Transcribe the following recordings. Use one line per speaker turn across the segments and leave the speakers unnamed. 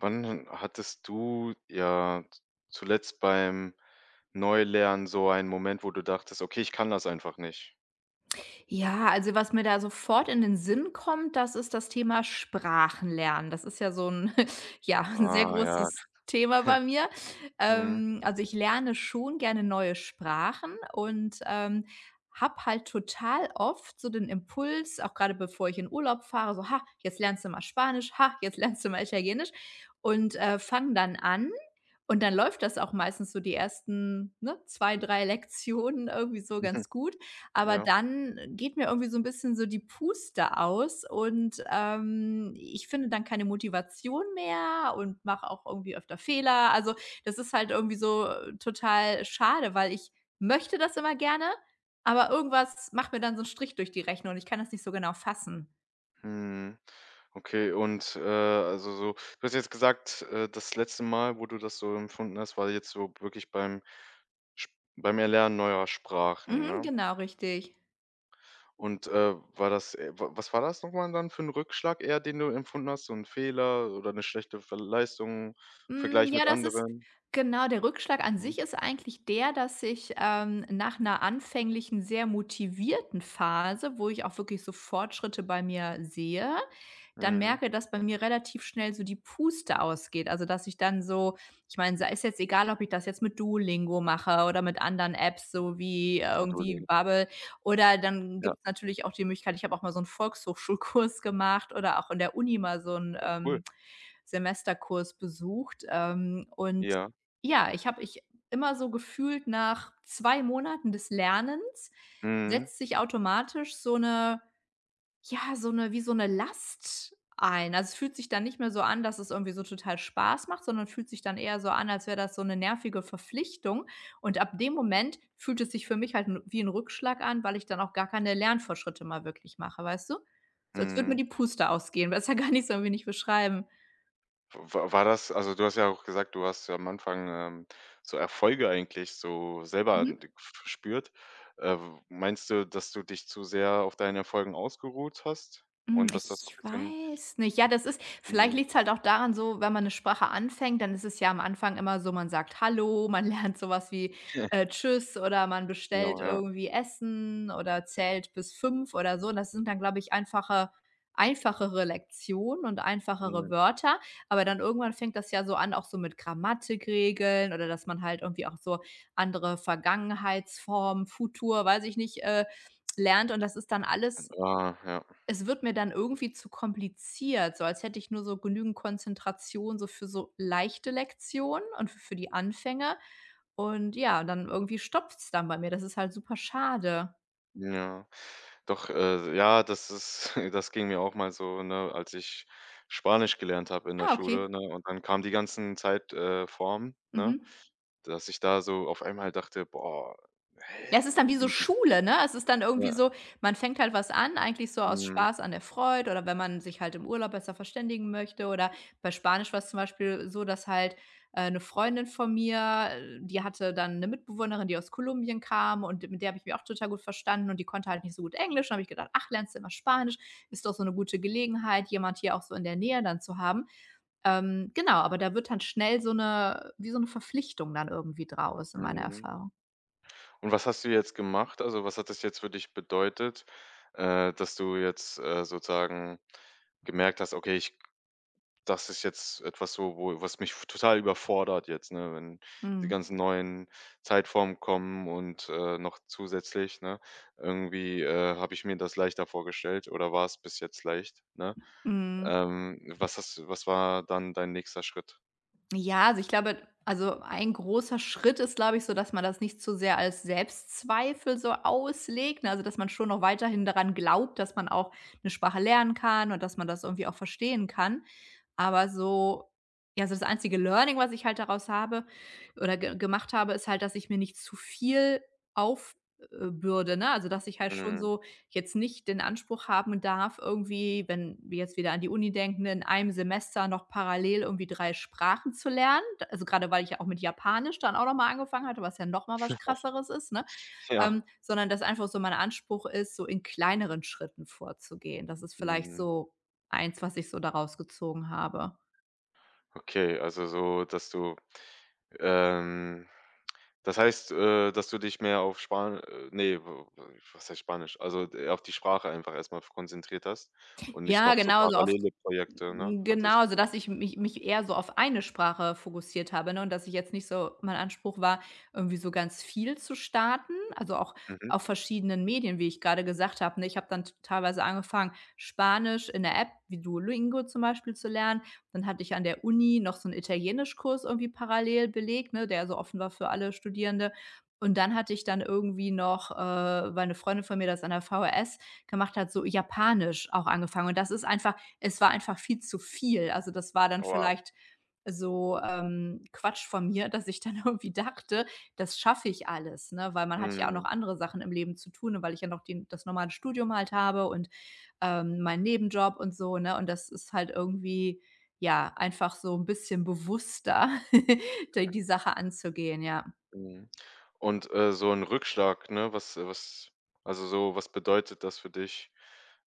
Wann hattest du, ja, zuletzt beim Neulernen so einen Moment, wo du dachtest: „Okay, ich kann das einfach nicht?“
Ja, also was mir da sofort in den Sinn kommt, das ist das Thema Sprachenlernen. Das ist ja so 'n ja, 'n sehr
Ah ja.
großes Thema bei mir.
Mhm.
Also, ich lerne schon gerne neue Sprachen und, habe halt total oft so den Impuls, auch gerade bevor ich in Urlaub fahre, so: „Ha, jetzt lernst du mal Spanisch. Ha, jetzt lernst du mal Italienisch." Und, fange dann an und dann läuft das auch meistens so die ersten, ne, zwei, drei Lektionen irgendwie so
Mhm.
ganz gut. Aber
Ja.
dann geht mir irgendwie so ein bisschen so die Puste aus und, ich finde dann keine Motivation mehr und mache auch irgendwie öfter Fehler. Also, das ist halt irgendwie so total schade, weil ich möchte das immer gerne, aber irgendwas macht mir dann so einen Strich durch die Rechnung und ich kann das nicht so genau fassen.
Mhm. Okay, und, also so du hast jetzt gesagt, das letzte Mal, wo du das so empfunden hast, war jetzt so wirklich beim Sp beim Erlernen neuer Sprachen,
Mhm,
ne?
genau, richtig.
Und, war das wa was war das nochmal dann für ein Rückschlag eher, den du empfunden hast? So ein Fehler oder eine schlechte Ver Leistung,
Hm,
Vergleich
ja,
mit
das ist
anderen?
genau, der Rückschlag an
Mhm,
sich ist eigentlich der, dass ich, nach 'ner anfänglichen, sehr motivierten Phase, wo ich auch wirklich so Fortschritte bei mir sehe, dann
mhm.
merke, dass bei mir relativ schnell so die Puste ausgeht. Also, dass ich dann so ich meine, sei es jetzt egal, ob ich das jetzt mit Duolingo mache oder mit anderen Apps, so wie
Ja,
irgendwie
Duolingo.
Babbel oder dann
Ja,
gibt's natürlich auch die Möglichkeit ich habe auch mal so 'n Volkshochschulkurs gemacht oder auch in der Uni mal so 'n,
ah, cool.
Semesterkurs besucht. Und
Ja.
ja, ich immer so gefühlt nach 2 Monaten des Lernens
Mhm,
setzt sich automatisch so eine ja, so eine wie so eine Last ein. Also, es fühlt sich dann nicht mehr so an, dass es irgendwie so total Spaß macht, sondern fühlt sich dann eher so an, als wäre das so eine nervige Verpflichtung. Und ab dem Moment fühlt es sich für mich halt 'n wie ein Rückschlag an, weil ich dann auch gar keine Lernfortschritte mal wirklich mache, weißt du? So als würde mir
mhm.
die Puste ausgehen. Besser kann ich's irgendwie nicht beschreiben.
Wa War das, also, du hast ja auch gesagt, du hast ja am Anfang, so Erfolge eigentlich so selber
Mhm.
d gef gespürt. W Meinst du, dass du dich zu sehr auf deinen Erfolgen ausgeruht hast
Hm,
und dass das so 'n
ich
bisschen
weiß nicht. Ja, das ist vielleicht
mhm.
liegt's halt auch daran so, wenn man 'ne Sprache anfängt, dann ist es ja am Anfang immer so, man sagt „Hallo", man lernt so was wie, „Tschüss" oder man bestellt
Genau, ja.
irgendwie Essen oder zählt bis 5 oder so. Das sind dann, glaube ich, einfachere Lektionen und einfachere
Mhm.
Wörter, aber dann irgendwann fängt das ja so an, auch so mit Grammatikregeln oder dass man halt irgendwie auch so andere Vergangenheitsformen, Futur, weiß ich nicht, lernt und das ist dann alles
Ah, ja.
es wird mir dann irgendwie zu kompliziert, so als hätte ich nur so genügend Konzentration so für so leichte Lektionen und f für die Anfänger. Und ja, dann irgendwie stopft's dann bei mir. Das ist halt super schade.
Ja, doch, ja, das ist das ging mir auch mal so, ne, als ich Spanisch gelernt habe in der
Ah, okay.
Schule, ne, und dann kamen die ganzen Zeit Formen, ne,
Mhm.
dass ich da so auf einmal dachte: „Boah,
Ja,
hä,
es ist dann wie so
wie“
Schule, ne? Es ist dann irgendwie
ja,
so, man fängt halt was an, eigentlich so aus
mhm,
Spaß an der Freude oder wenn man sich halt im Urlaub besser verständigen möchte oder bei Spanisch war's zum Beispiel so, dass halt, 'ne Freundin von mir, die hatte dann eine Mitbewohnerin, die aus Kolumbien kam und mit der habe ich mich auch total gut verstanden und die konnte halt nicht so gut Englisch. Dann habe ich gedacht: „Ach, lernst du mal Spanisch? Ist doch so eine gute Gelegenheit, jemand hier auch so in der Nähe dann zu haben." Genau, aber da wird dann schnell so eine wie so eine Verpflichtung dann irgendwie draus in meiner
mhm.
Erfahrung.
Und was hast du jetzt gemacht? Also, was hat das jetzt für dich bedeutet, dass du jetzt, sozusagen gemerkt hast: „Okay, ich Das ist jetzt etwas so, wo was mich f total überfordert jetzt, ne, wenn die
Mhm.
ganzen neuen Zeitformen kommen und, noch zusätzlich, ne? Irgendwie, habe ich mir das leichter vorgestellt oder war es bis jetzt leicht, ne?
Hm,
Was war dann dein nächster Schritt?
ja, also ich glaube also ein großer Schritt ist, glaube ich, so, dass man das nicht so sehr als Selbstzweifel so auslegt, ne? Also, dass man schon noch weiterhin daran glaubt, dass man auch eine Sprache lernen kann und dass man das irgendwie auch verstehen kann. Aber so ja, so das einzige Learning, was ich halt daraus habe oder ge gemacht habe, ist halt, dass ich mir nicht zu viel aufbürde, ne? Also, dass ich halt schon
Mhm.
so jetzt nicht den Anspruch haben darf, irgendwie, wenn wir jetzt wieder an die Uni denken, in einem Semester noch parallel irgendwie 3 Sprachen zu lernen. Also, gerade weil ich ja auch mit Japanisch dann auch noch mal angefangen hatte, was ja noch mal was Krasseres ist, ne?
Ja.
Sondern dass einfach so mein Anspruch ist, so in kleineren Schritten vorzugehen. Das ist vielleicht
Mhm.
so eins, was ich so daraus gezogen habe.
Okay, also so, dass du, ähm das heißt, dass du dich mehr auf Span ne, w w was heißt Spanisch? Also, d auf die Sprache einfach erst mal f konzentriert hast und nicht
Ja,
noch so
genau, so auf
parallele Projekte, ne,
hm, genau,
hattest.
sodass ich mich eher so auf eine Sprache fokussiert habe, ne, und dass ich jetzt nicht so mein Anspruch war, irgendwie so ganz viel zu starten, also auch
Mhm.
auf verschiedenen Medien, wie ich grade gesagt habe, ne? Ich habe dann t teilweise angefangen, Spanisch in 'ner App wie Duolingo zum Beispiel zu lernen. Dann hatte ich an der Uni noch so 'n Italienischkurs irgendwie parallel belegt, ne, der so offen war für alle Studierende. Und dann hatte ich dann irgendwie noch, weil 'ne Freundin von mir das an der VHS gemacht hat, so japanisch auch angefangen. Und das ist einfach es war einfach viel zu viel. Also, das war dann
Oha.
vielleicht so, Quatsch von mir, dass ich dann irgendwie dachte, das schaffe ich alles, ne? Weil man hat ja auch noch
Mhm,
andere Sachen im Leben zu tun und weil ich ja noch den das normale Studium halt habe und, meinen Nebenjob und so, ne? Und das ist halt irgendwie, ja, einfach so ein bisschen bewusster, die Sache anzugehen, ja.
mhm. Und, so 'n Rückschlag, ne, was also, so, was bedeutet das für dich?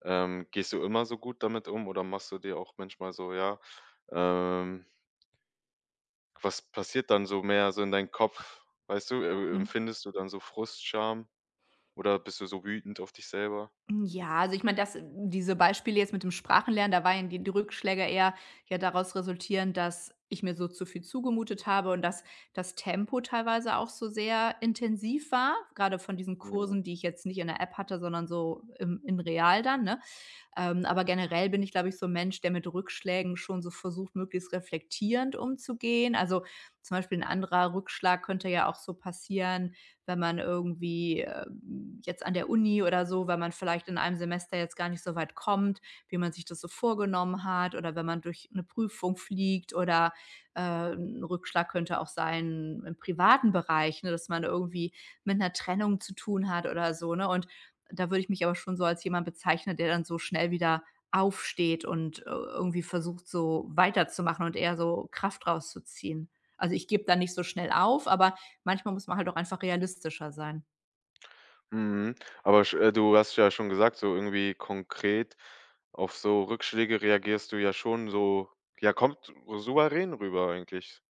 Gehst du immer so gut damit um oder machst du dir auch manchmal so, ja, ähm was passiert dann so mehr so in deinen Kopf? Weißt du,
Mhm.
empfindest du dann so Frust, Scham oder bist du so wütend auf dich selber?
Hm, ja, also ich meine, dass diese Beispiele jetzt mit dem Sprachenlernen, da waren ja die Rückschläge eher ja daraus resultierend, dass ich mir so zu viel zugemutet habe und dass das Tempo teilweise auch so sehr intensiv war, gerade von diesen
Mhm.
Kursen, die ich jetzt nicht in der App hatte, sondern so im in real dann, ne? Aber generell bin ich, glaube ich, so 'n Mensch, der mit Rückschlägen schon so versucht, möglichst reflektierend umzugehen. Also, zum Beispiel ein anderer Rückschlag könnte ja auch so passieren, wenn man irgendwie, jetzt an der Uni oder so wenn man vielleicht in einem Semester jetzt gar nicht so weit kommt, wie man sich das so vorgenommen hat oder wenn man durch eine Prüfung fliegt oder, äh, 'n Rückschlag könnte auch sein im privaten Bereich, ne, dass man irgendwie mit einer Trennung zu tun hat oder so, ne? Und da würde ich mich aber schon so als jemand bezeichnen, der dann so schnell wieder aufsteht und, irgendwie versucht, so weiterzumachen und eher so Kraft rauszuziehen. Also, ich gebe da nicht so schnell auf, aber manchmal muss man halt auch einfach realistischer sein.
Mhm. Aber sch du hast ja schon gesagt, so irgendwie konkret auf so Rückschläge reagierst du ja schon so, ja, kommt so souverän rüber eigentlich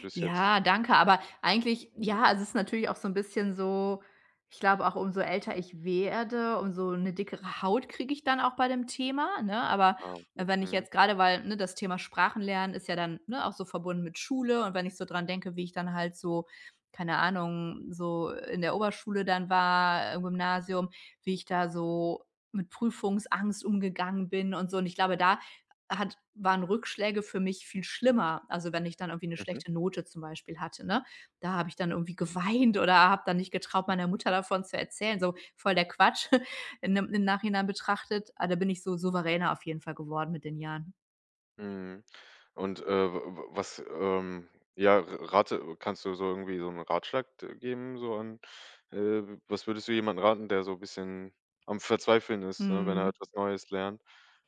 bis jetzt.
Ja, danke. Aber eigentlich,
Mhm.
ja, also es ist natürlich auch so ein bisschen so ich glaube auch, umso älter ich werde, umso eine dickere Haut kriege ich dann auch bei dem Thema, ne? Aber
Ah, okay.
wenn ich
Mhm.
jetzt gerade, weil, ne, das Thema Sprachen lernen ist ja dann, ne, auch so verbunden mit Schule und wenn ich so dran denke, wie ich dann halt so, keine Ahnung, so in der Oberschule dann war, im Gymnasium, wie ich da so mit Prüfungsangst umgegangen bin und so. Und ich glaube, da hat waren Rückschläge für mich viel schlimmer. Also, wenn ich dann irgendwie eine
Mhm.
schlechte Note zum Beispiel hatte, ne? Da habe ich dann irgendwie geweint oder habe dann nicht getraut, meiner Mutter davon zu erzählen. So voll der Quatsch in 'nem im Nachhinein betrachtet. Ah, da bin ich so souveräner auf jeden Fall geworden mit den Jahren.
Mhm. Und, w w was, ja, r rate, kannst du so irgendwie so einen Ratschlag d geben, so an was würdest du jemandem raten, der so ein bisschen am Verzweifeln ist, ne, wenn er
Mhm.
etwas Neues lernt?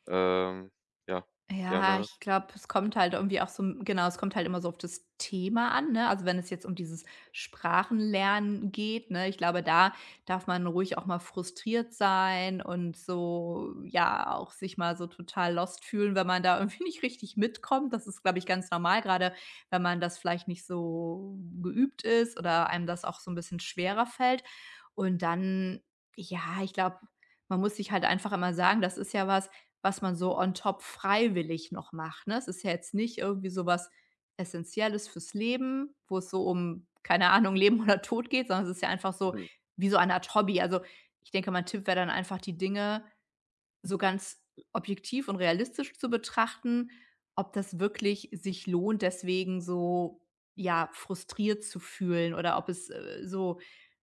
Ähm, ja,
Ja,
gerne.
ich glaube, es kommt halt irgendwie auch so genau, es kommt halt immer so auf das Thema an, ne? Also, wenn es jetzt um dieses Sprachenlernen geht, ne, ich glaube, da darf man ruhig auch mal frustriert sein und so, ja, auch sich mal so total lost fühlen, wenn man da irgendwie nicht richtig mitkommt. Das ist, glaube ich, ganz normal, gerade, wenn man das vielleicht nicht so geübt ist oder einem das auch so ein bisschen schwerer fällt. Und dann, ja, ich glaube, man muss sich halt einfach immer sagen, das ist ja was man so on top freiwillig noch macht, ne? Es ist ja jetzt nicht irgendwie so was Essentielles fürs Leben, wo es so um, keine Ahnung, Leben oder Tod geht, sondern es ist ja einfach so
Mhm.
wie so eine Art Hobby. Also, ich denke, mein Tipp wäre dann einfach, die Dinge so ganz objektiv und realistisch zu betrachten, ob das wirklich sich lohnt, deswegen so, ja, frustriert zu fühlen oder ob es, so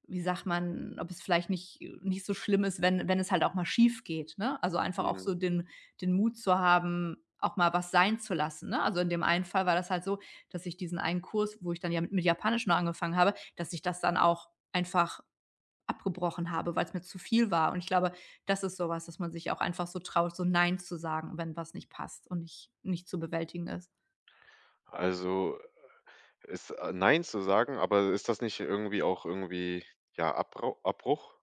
wie sagt man ob es vielleicht nicht so schlimm ist, wenn es halt auch mal schief geht, ne? Also, einfach auch so
Mhm.
den Mut zu haben, auch mal was sein zu lassen, ne? Also, in dem einen Fall war das halt so, dass ich diesen einen Kurs, wo ich dann ja mit Japanisch noch angefangen habe, dass ich das dann auch einfach abgebrochen habe, weil es mir zu viel war. Und ich glaube, das ist so was, dass man sich auch einfach so traut, so „Nein" zu sagen, wenn was nicht passt und nicht zu bewältigen ist.
Also, ist nein zu sagen, aber ist das nicht irgendwie auch irgendwie, ja, Abrau Abbruch?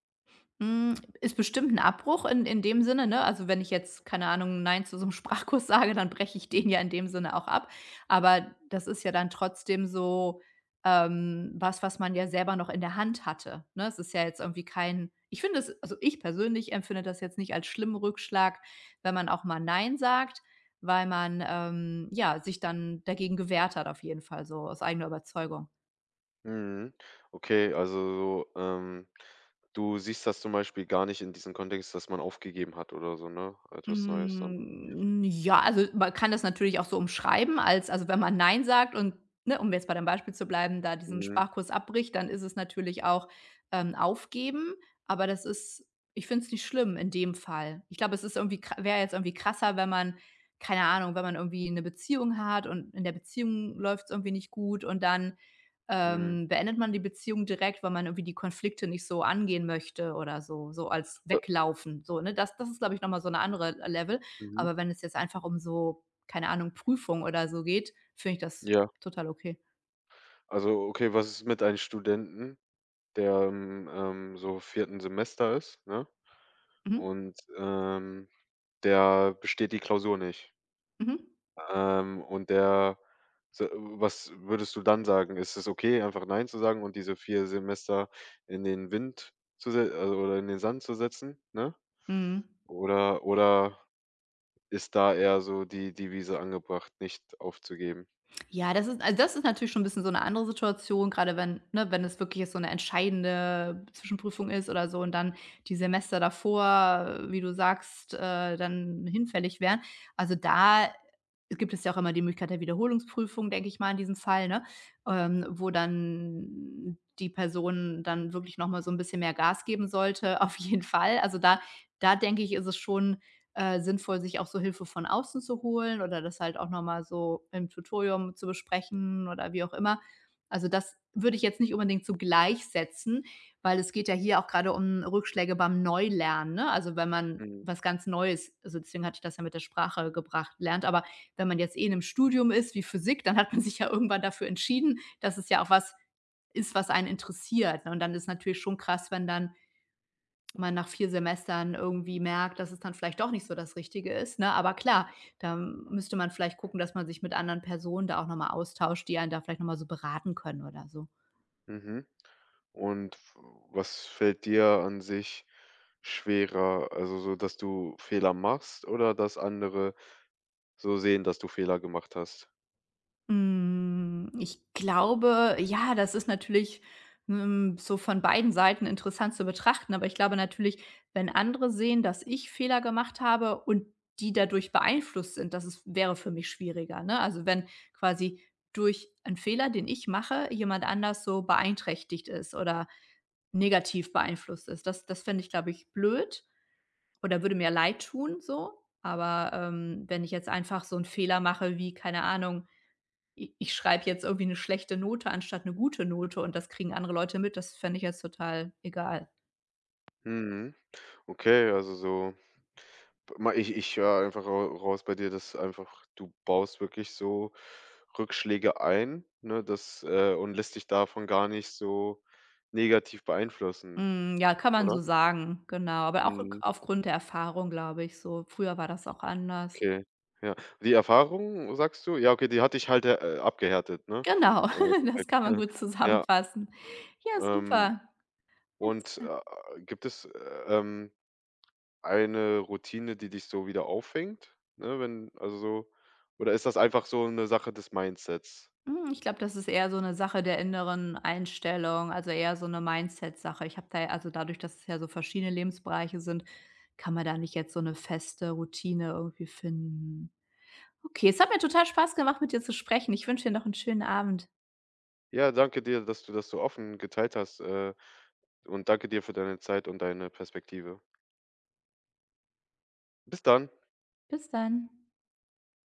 Hm, ist bestimmt ein Abbruch in dem Sinne, ne? Also, wenn ich jetzt, keine Ahnung, nein zu so einem Sprachkurs sage, dann breche ich den ja in dem Sinne auch ab. Aber das ist ja dann trotzdem so, was, was man ja selber noch in der Hand hatte, ne? Es ist ja jetzt irgendwie kein ich finde es also, ich persönlich empfinde das jetzt nicht als schlimmen Rückschlag, wenn man auch mal nein sagt, weil man, ja, sich dann dagegen gewehrt hat auf jeden Fall so aus eigener Überzeugung.
Mhm. Okay, also so, du siehst das zum Beispiel gar nicht in diesem Kontext, dass man aufgegeben hat oder so, ne? Etwas Neues dann.
Hm, ja, also, man kann das natürlich auch so umschreiben als also, wenn man „Nein" sagt und, ne, um jetzt bei dem Beispiel zu bleiben, da diesen
Mhm,
Sprachkurs abbricht, dann ist es natürlich auch, aufgeben, aber das ist ich finde es nicht schlimm in dem Fall. Ich glaube, es ist irgendwie wäre jetzt irgendwie krasser, wenn man keine Ahnung, wenn man irgendwie eine Beziehung hat und in der Beziehung läuft es irgendwie nicht gut und dann
mhm.
beendet man die Beziehung direkt, weil man irgendwie die Konflikte nicht so angehen möchte oder so so als
Äh,
weglaufen, so, ne? Das ist, glaube ich, noch mal so eine andere Level.
mhm.
Aber wenn es jetzt einfach um so, keine Ahnung, Prüfung oder so geht, finde ich das
Ja,
total okay.
also okay, was ist mit einem Studenten, der im, so vierten Semester ist, ne?
Mhm,
Und, der besteht die Klausur nicht?
mhm,
Und der so, was würdest du dann sagen? Ist es okay, einfach nein zu sagen und diese 4 Semester in den Wind zu se also, oder in den Sand zu setzen, ne?
mhm.
Oder ist da eher so die Devise angebracht, nicht aufzugeben?
Ja, das ist also, das ist natürlich schon ein bisschen so eine andere Situation, gerade wenn ne, wenn es wirklich jetzt so eine entscheidende Zwischenprüfung ist oder so und dann die Semester davor, wie du sagst, dann hinfällig wären. Also, da gibt es ja auch immer die Möglichkeit der Wiederholungsprüfung, denke ich mal in diesem Fall, ne, wo dann die Person dann wirklich noch mal so ein bisschen mehr Gas geben sollte, auf jeden Fall. Also, da denke ich, ist es schon sinnvoll, sich auch so Hilfe von außen zu holen oder das halt auch noch mal so im Tutorium zu besprechen oder wie auch immer. Also, das würde ich jetzt nicht unbedingt so gleichsetzen, weil es geht ja hier auch gerade um Rückschläge beim Neulernen, ne? Also, wenn man
Mhm.
was ganz Neues also, deswegen hatte ich das ja mit der Sprache gebracht, lernt. Aber wenn man jetzt eh in 'nem Studium ist wie Physik, dann hat man sich ja irgendwann dafür entschieden, dass es ja auch was ist, was einen interessiert, ne? Und dann ist natürlich schon krass, wenn dann man nach 4 Semestern irgendwie merkt, dass es dann vielleicht doch nicht so das Richtige ist, ne? Aber klar, da müsste man vielleicht gucken, dass man sich mit anderen Personen da auch noch mal austauscht, die einen da vielleicht noch mal so beraten können oder so.
Mhm. Und w was fällt dir an sich schwerer? Also, so, dass du Fehler machst oder dass andere so sehen, dass du Fehler gemacht hast?
Hm, ich glaube, ja, das ist natürlich, hm, so von beiden Seiten interessant zu betrachten, aber ich glaube natürlich, wenn andere sehen, dass ich Fehler gemacht habe und die dadurch beeinflusst sind, das ist wäre für mich schwieriger, ne? Also, wenn quasi durch einen Fehler, den ich mache, jemand anders so beeinträchtigt ist oder negativ beeinflusst ist. Das fände ich, glaube ich, blöd oder würde mir leid tun so. Aber, wenn ich jetzt einfach so einen Fehler mache wie, keine Ahnung i ich schreibe jetzt irgendwie eine schlechte Note anstatt eine gute Note und das kriegen andere Leute mit, das fände ich jetzt total egal.
Mhm. Okay, also so, Ma ich höre einfach ra raus bei dir, dass einfach du baust wirklich so Rückschläge ein, ne, das, und lässt dich davon gar nicht so negativ beeinflussen,
Hm, ja, kann man
oder?
so sagen, genau. Aber auch
Mhm,
aufgrund der Erfahrung, glaube ich, so. Früher war das auch anders.
okay, ja. Die Erfahrung, sagst du? Ja, okay, die hat dich halt, abgehärtet, ne?
Genau,
Im
das
Endeffekt.
kann man gut
Ja,
zusammenfassen. Ja,
ähm,
super. Alles klar.
gibt es, ähm, eine Routine, die dich so wieder auffängt, ne, wenn also so, oder ist das einfach so eine Sache des Mindsets?
Hm, ich glaube, das ist eher so eine Sache der inneren Einstellung, also eher so eine Mindset-Sache. Ich habe da also dadurch, dass es ja so verschiedene Lebensbereiche sind, kann man da nicht jetzt so eine feste Routine irgendwie finden. Okay, es hat mir total Spaß gemacht, mit dir zu sprechen. Ich wünsche dir noch einen schönen Abend.
Ja, danke dir, dass du das so offen geteilt hast, und danke dir für deine Zeit und deine Perspektive. Bis dann.
Bis dann.